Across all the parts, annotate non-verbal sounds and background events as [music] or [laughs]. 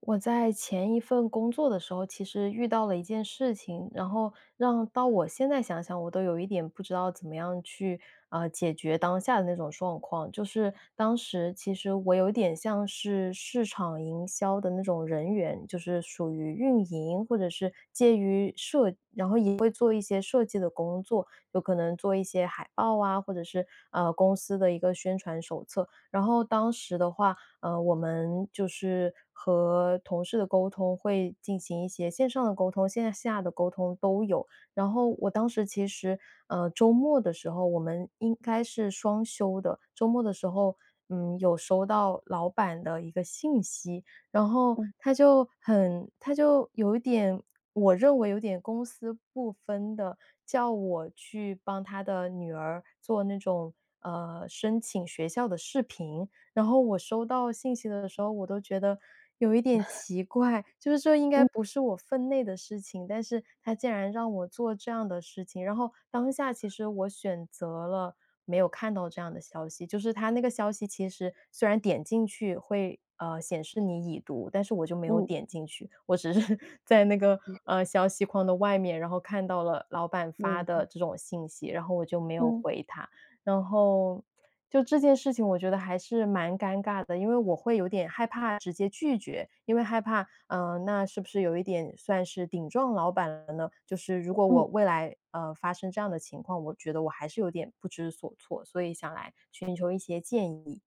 我在前一份工作的时候，其实遇到了一件事情，然后让到我现在想想，我都有一点不知道怎么样去解决当下的那种状况。就是当时其实我有点像是市场营销的那种人员，就是属于运营或者是介于设，然后也会做一些设计的工作，有可能做一些海报啊，或者是公司的一个宣传手册。然后当时的话。我们就是和同事的沟通会进行一些线上的沟通，线下的沟通都有。然后我当时其实，周末的时候我们应该是双休的，周末的时候，有收到老板的一个信息，然后他就很，他就有一点，我认为有点公私不分的，叫我去帮他的女儿做那种申请学校的视频，然后我收到信息的时候，我都觉得有一点奇怪，就是这应该嗯不是我分内的事情，但是他竟然让我做这样的事情。然后当下其实我选择了没有看到这样的消息，就是他那个消息其实虽然点进去会显示你已读，但是我就没有嗯点进去，我只是 [laughs] 在那个消息框的外面，然后看到了老板发的嗯这种信息，然后我就没有嗯回他。然后就这件事情我觉得还是蛮尴尬的，因为我会有点害怕直接拒绝，因为害怕，那是不是有一点算是顶撞老板了呢？就是如果我嗯，未来，发生这样的情况，我觉得我还是有点不知所措，所以想来寻求一些建议。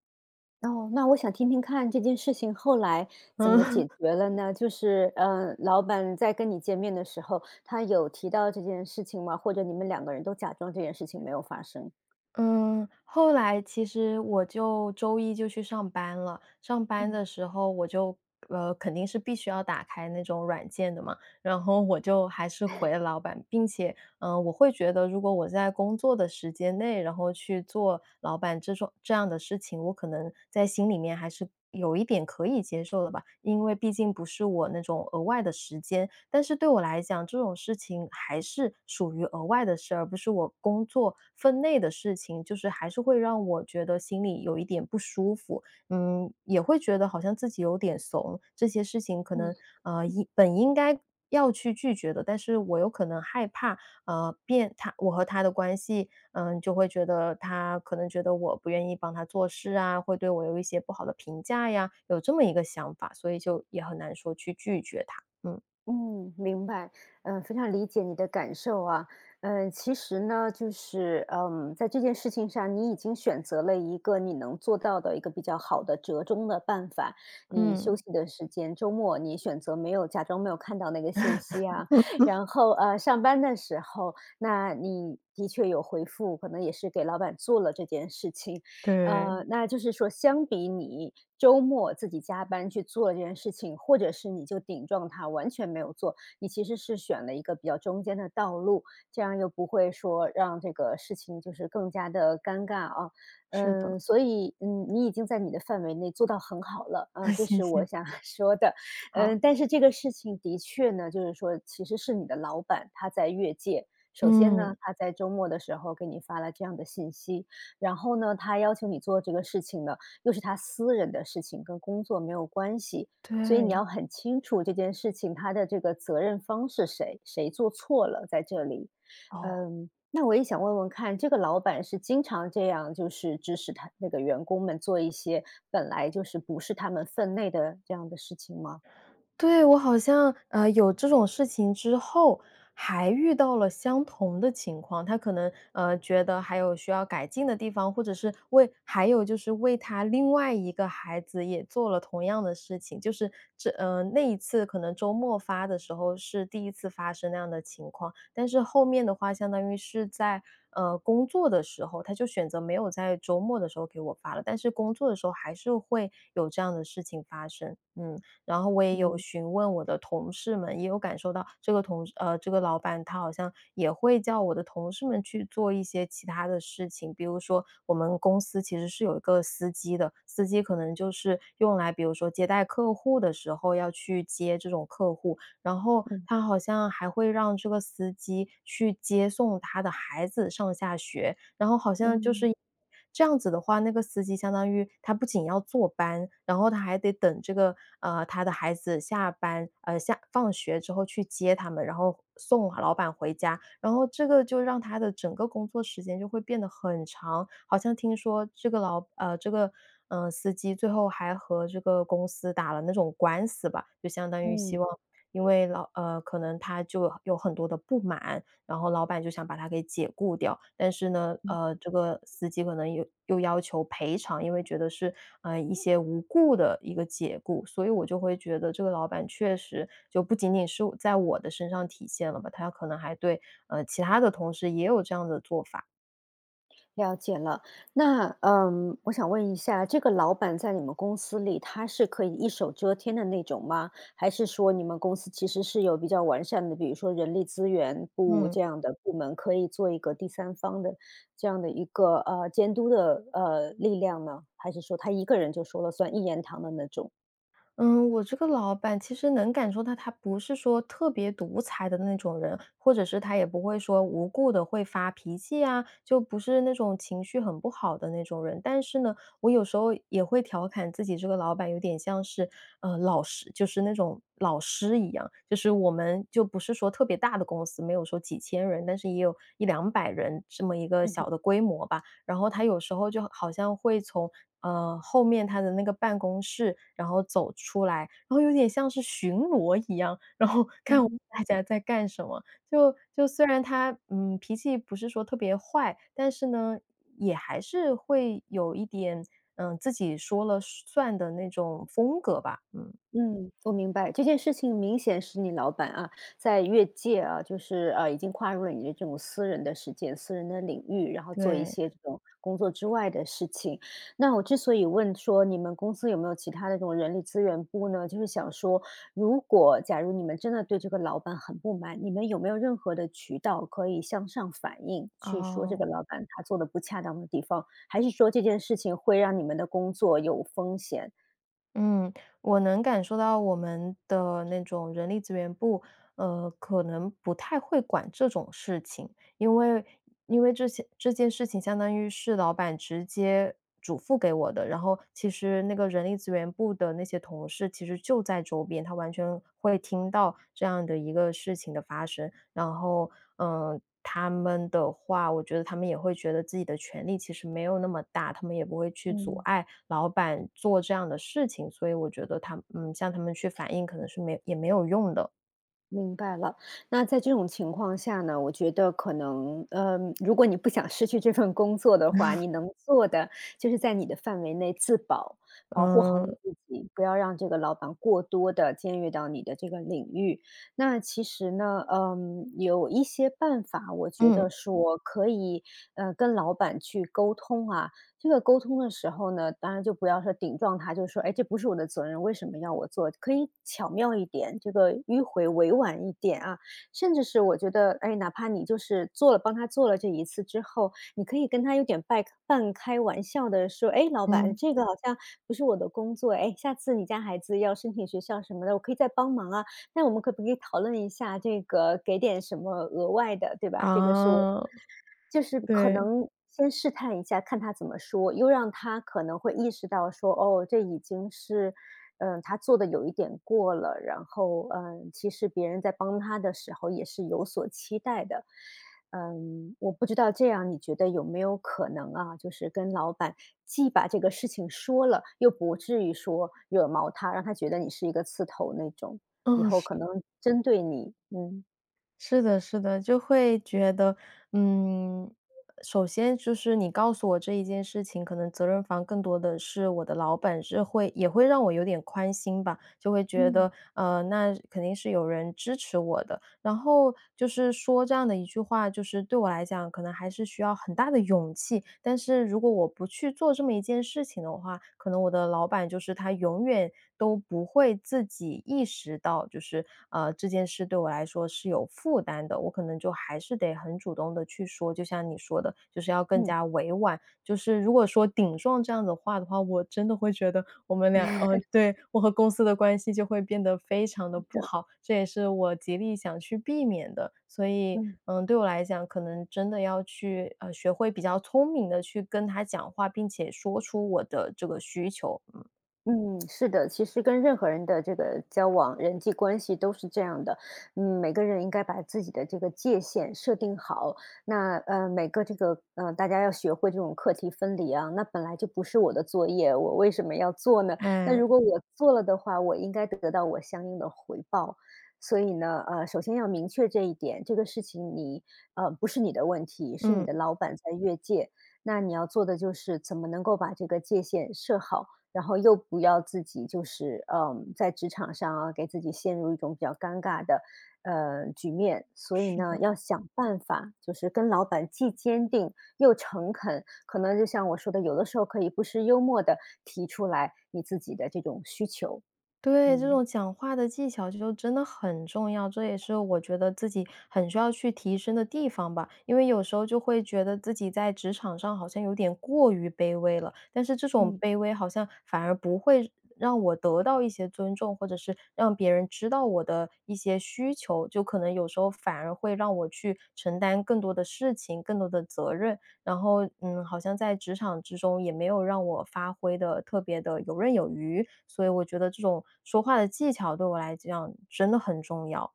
哦，那我想听听看这件事情后来 [laughs] 怎么嗯。解决了呢？就是，老板在跟你见面的时候，他有提到这件事情吗？或者你们两个人都假装这件事情没有发生？嗯，后来其实我就周一就去上班了。上班嗯。的时候我就肯定是必须要打开那种软件的嘛，然后我就还是回了老板，并且，我会觉得如果我在工作的时间内，然后去做老板这种这样的事情，我可能在心里面还是有一点可以接受的吧，因为毕竟不是我那种额外的时间，但是对我来讲，这种事情还是属于额外的事，而不是我工作分内的事情，就是还是会让我觉得心里有一点不舒服，嗯，也会觉得好像自己有点怂，这些事情可能嗯。应本应该要去拒绝的，但是我有可能害怕，变他我和他的关系，嗯，就会觉得他可能觉得我不愿意帮他做事啊，会对我有一些不好的评价呀，有这么一个想法，所以就也很难说去拒绝他，嗯。嗯，明白，嗯，非常理解你的感受啊，嗯，其实呢，就是，嗯，在这件事情上，你已经选择了一个你能做到的一个比较好的折中的办法。你嗯 休息的时间，周末你选择没有假装没有看到那个信息啊，[laughs] [laughs]，然后上班的时候，那你的确有回复，可能也是给老板做了这件事情，对，那就是说相比你周末自己加班去做这件事情，或者是你就顶撞他完全没有做，你其实是选了一个比较中间的道路，这样又不会说让这个事情就是更加的尴尬啊。是的，嗯，所以，嗯，你已经在你的范围内做到很好了，嗯，[laughs] 这谢是我谢，想 [laughs] 说的。好，嗯，但是这个事情的确呢，就是说其实是你的老板，他在越界。首先呢，嗯，他在周末的时候给你发了这样的信息，然后呢，他要求你做这个事情呢，又是他私人的事情，跟工作没有关系，所以你对，要很清楚这件事情他的这个责任方是谁，谁做错了在这里。哦。嗯，那我也想问问看，这个老板是经常这样，就是指使他那个员工们做一些本来就是不是他们分内的这样的事情吗？对，我好像，有这种事情之后，还遇到了相同的情况。他可能，觉得还有需要改进的地方，或者是为还有就是为他另外一个孩子也做了同样的事情。就是这那一次可能周末发的时候是第一次发生那样的情况，但是后面的话相当于是在，工作的时候，他就选择没有在周末的时候给我发了，但是工作的时候还是会有这样的事情发生，嗯。然后我也有嗯询问我的同事们，也有感受到这个这个老板他好像也会叫我的同事们去做一些其他的事情，比如说我们公司其实是有一个司机的，司机可能就是用来比如说接待客户的时候要去接这种客户，然后嗯他好像还会让这个司机去接送他的孩子上下学，然后好像就嗯嗯是这样子的话，那个司机相当于他不仅要坐班，然后他还得等这个，他的孩子下放学之后去接他们，然后送老板回家，然后这个就让他的整个工作时间就会变得很长。好像听说这个司机最后还和这个公司打了那种官司吧，就相当于希嗯。望因为可能他就有很多的不满，然后老板就想把他给解雇掉，但是呢，这个司机可能又要求赔偿，因为觉得是，一些无故的一个解雇，所以我就会觉得这个老板确实就不仅仅是在我的身上体现了吧，他可能还对，其他的同事也有这样的做法，了解了，那嗯，我想问一下，这个老板在你们公司里，他是可以一手遮天的那种吗？还是说你们公司其实是有比较完善的，比如说人力资源部嗯。这样的部门，可以做一个第三方的这样的一个监督的力量呢？还是说他一个人就说了算，一言堂的那种？嗯，我这个老板其实能感受到他不是说特别独裁的那种人，或者是他也不会说无故的会发脾气啊，就不是那种情绪很不好的那种人。但是呢，我有时候也会调侃自己这个老板有点像是，老师，就是那种老师一样，就是我们就不是说特别大的公司，没有说几千人，但是也有一两百人这么一个小嗯的规模吧。然后他有时候就好像会从，后面他的那个办公室，然后走出来，然后有点像是巡逻一样，然后 [laughs] 看我们哼大家在干什么。就虽然他，嗯，脾气不是说特别坏，但是呢，也还是会有一点，嗯，自己说了算的那种风格吧，嗯，嗯，我明白，这件事情明显是你老板啊，在越界啊，就是已经跨入了你的这种私人的时间、私人的领域，然后做一对，些这种工作之外的事情。那我之所以问说你们公司有没有其他的这种人力资源部呢，就是想说，如果假如你们真的对这个老板很不满，你们有没有任何的渠道可以向上反映，去说这个哦。老板他做的不恰当的地方，还是说这件事情会让你们的工作有风险？嗯，我能感受到我们的那种人力资源部，可能不太会管这种事情，因为这些这件事情相当于是老板直接嘱咐给我的，然后其实那个人力资源部的那些同事其实就在周边，他完全会听到这样的一个事情的发生，然后，嗯，他们的话，我觉得他们也会觉得自己的权利其实没有那么大，他们也不会去阻嗯碍老板做这样的事情，所以我觉得他嗯，向他们去反映可能是没也没有用的。明白了，那在这种情况下呢，我觉得可能，如果你不想失去这份工作的话，你能做的就是在你的范围内自保，保护好嗯，你自己，不要让这个老板过多的僭越到你的这个领域。那其实呢，嗯，有一些办法，我觉嗯，得说可以，跟老板去沟通啊，这个沟通的时候呢，当然就不要说顶撞他，就说：“哎，这不是我的责任，为什么要我做？”可以巧妙一点，这个迂回委婉一点啊。甚至是我觉得，哎，哪怕你就是做了帮他做了这一次之后，你可以跟他有点半开玩笑的说：“哎，老板，嗯，这个好像不是我的工作，哎，下次你家孩子要申请学校什么的，我可以再帮忙啊。那我们可不可以讨论一下这个，给点什么额外的，对吧？这个是我啊，就是可对，能先试探一下，看他怎么说，又让他可能会意识到说，哦，这已经是，嗯，他做的有一点过了，然后，嗯，其实别人在帮他的时候也是有所期待的。嗯，我不知道这样你觉得有没有可能啊？就是跟老板既把这个事情说了，又不至于说惹毛他，让他觉得你是一个刺头那种，以嗯，后可能针对你。嗯是的，是的，就会觉得，嗯，首先就是你告诉我这一件事情，可能责任方更多的是我的老板，是会也会让我有点宽心吧，就会觉得，嗯，那肯定是有人支持我的，然后就是说这样的一句话，就是对我来讲，可能还是需要很大的勇气。但是如果我不去做这么一件事情的话，可能我的老板就是他永远都不会自己意识到，就是这件事对我来说是有负担的。我可能就还是得很主动的去说，就像你说的，就是要嗯，更 [laughs] 嗯。加委婉。就是如果说顶撞这样子话的话，我真的会觉得我们对，我和公司的关系就会变得非常的是不的，好，这也是我极力想去避免的。所以，嗯。嗯，对我来讲，可能真的要去，学会比较聪明的去跟他讲话，并且说出我的这个需求，嗯，嗯，是的，其实跟任何人的这个交往、人际关系都是这样的。嗯，每个人应该把自己的这个界限设定好。那每个这个大家要学会这种课题分离啊。那本来就不是我的作业，我为什么要做呢？那哎如果我做了的话，我应该得到我相应的回报。所以呢，首先要明确这一点，这个事情你不是你的问题，是你嗯，的老板在越界。那你要做的就是怎么能够把这个界限设好。然后又不要自己就是，嗯，在职场上啊，给自己陷入一种比较尴尬的，局面。所以是呢，的。要想办法，就是跟老板既坚定又诚恳，可能就像我说的，有的时候可以不失幽默的提出来你自己的这种需求，对，这嗯种讲话的技巧就真的很重要，这也是我觉得自己很需要去提升的地方吧。因为有时候就会觉得自己在职场上好像有点过于卑微了，但是这种嗯。卑微好像反而不会让我得到一些尊重，或者是让别人知道我的一些需求，就可能有时候反而会让我去承担更多的事情、更多的责任。然后，嗯，好像在职场之中也没有让我发挥的特别的游刃有余，所以我觉得这种说话的技巧对我来讲真的很重要。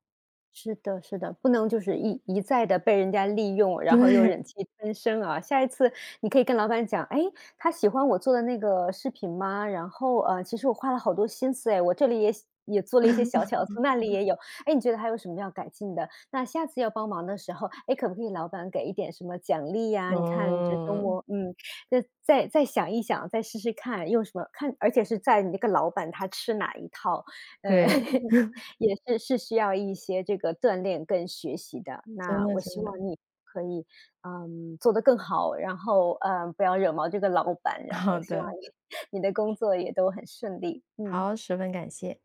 是的，是的，不能就是一再的被人家利用，然后又对，忍气吞声啊。下一次你可以跟老板讲，哎，他喜欢我做的那个视频吗？然后，其实我花了好多心思哎，我这里也做了一些小巧思，那里也有，哎，你觉得还有什么要改进的？那下次要帮忙的时候，哎，可不可以老板给一点什么奖励呀？你看这周嗯，末，嗯，那再想一想，再试试看，用什么看而且是在你那个老板他吃哪一套，呃，对，[laughs] 也是需要一些这个锻炼跟学习的。真那的我真希望的，你可以，嗯，做得更好，然后，嗯，不要惹毛这个老板，然好后希望的。你 [laughs] 你的工作也都很顺利，嗯。好，十分感谢。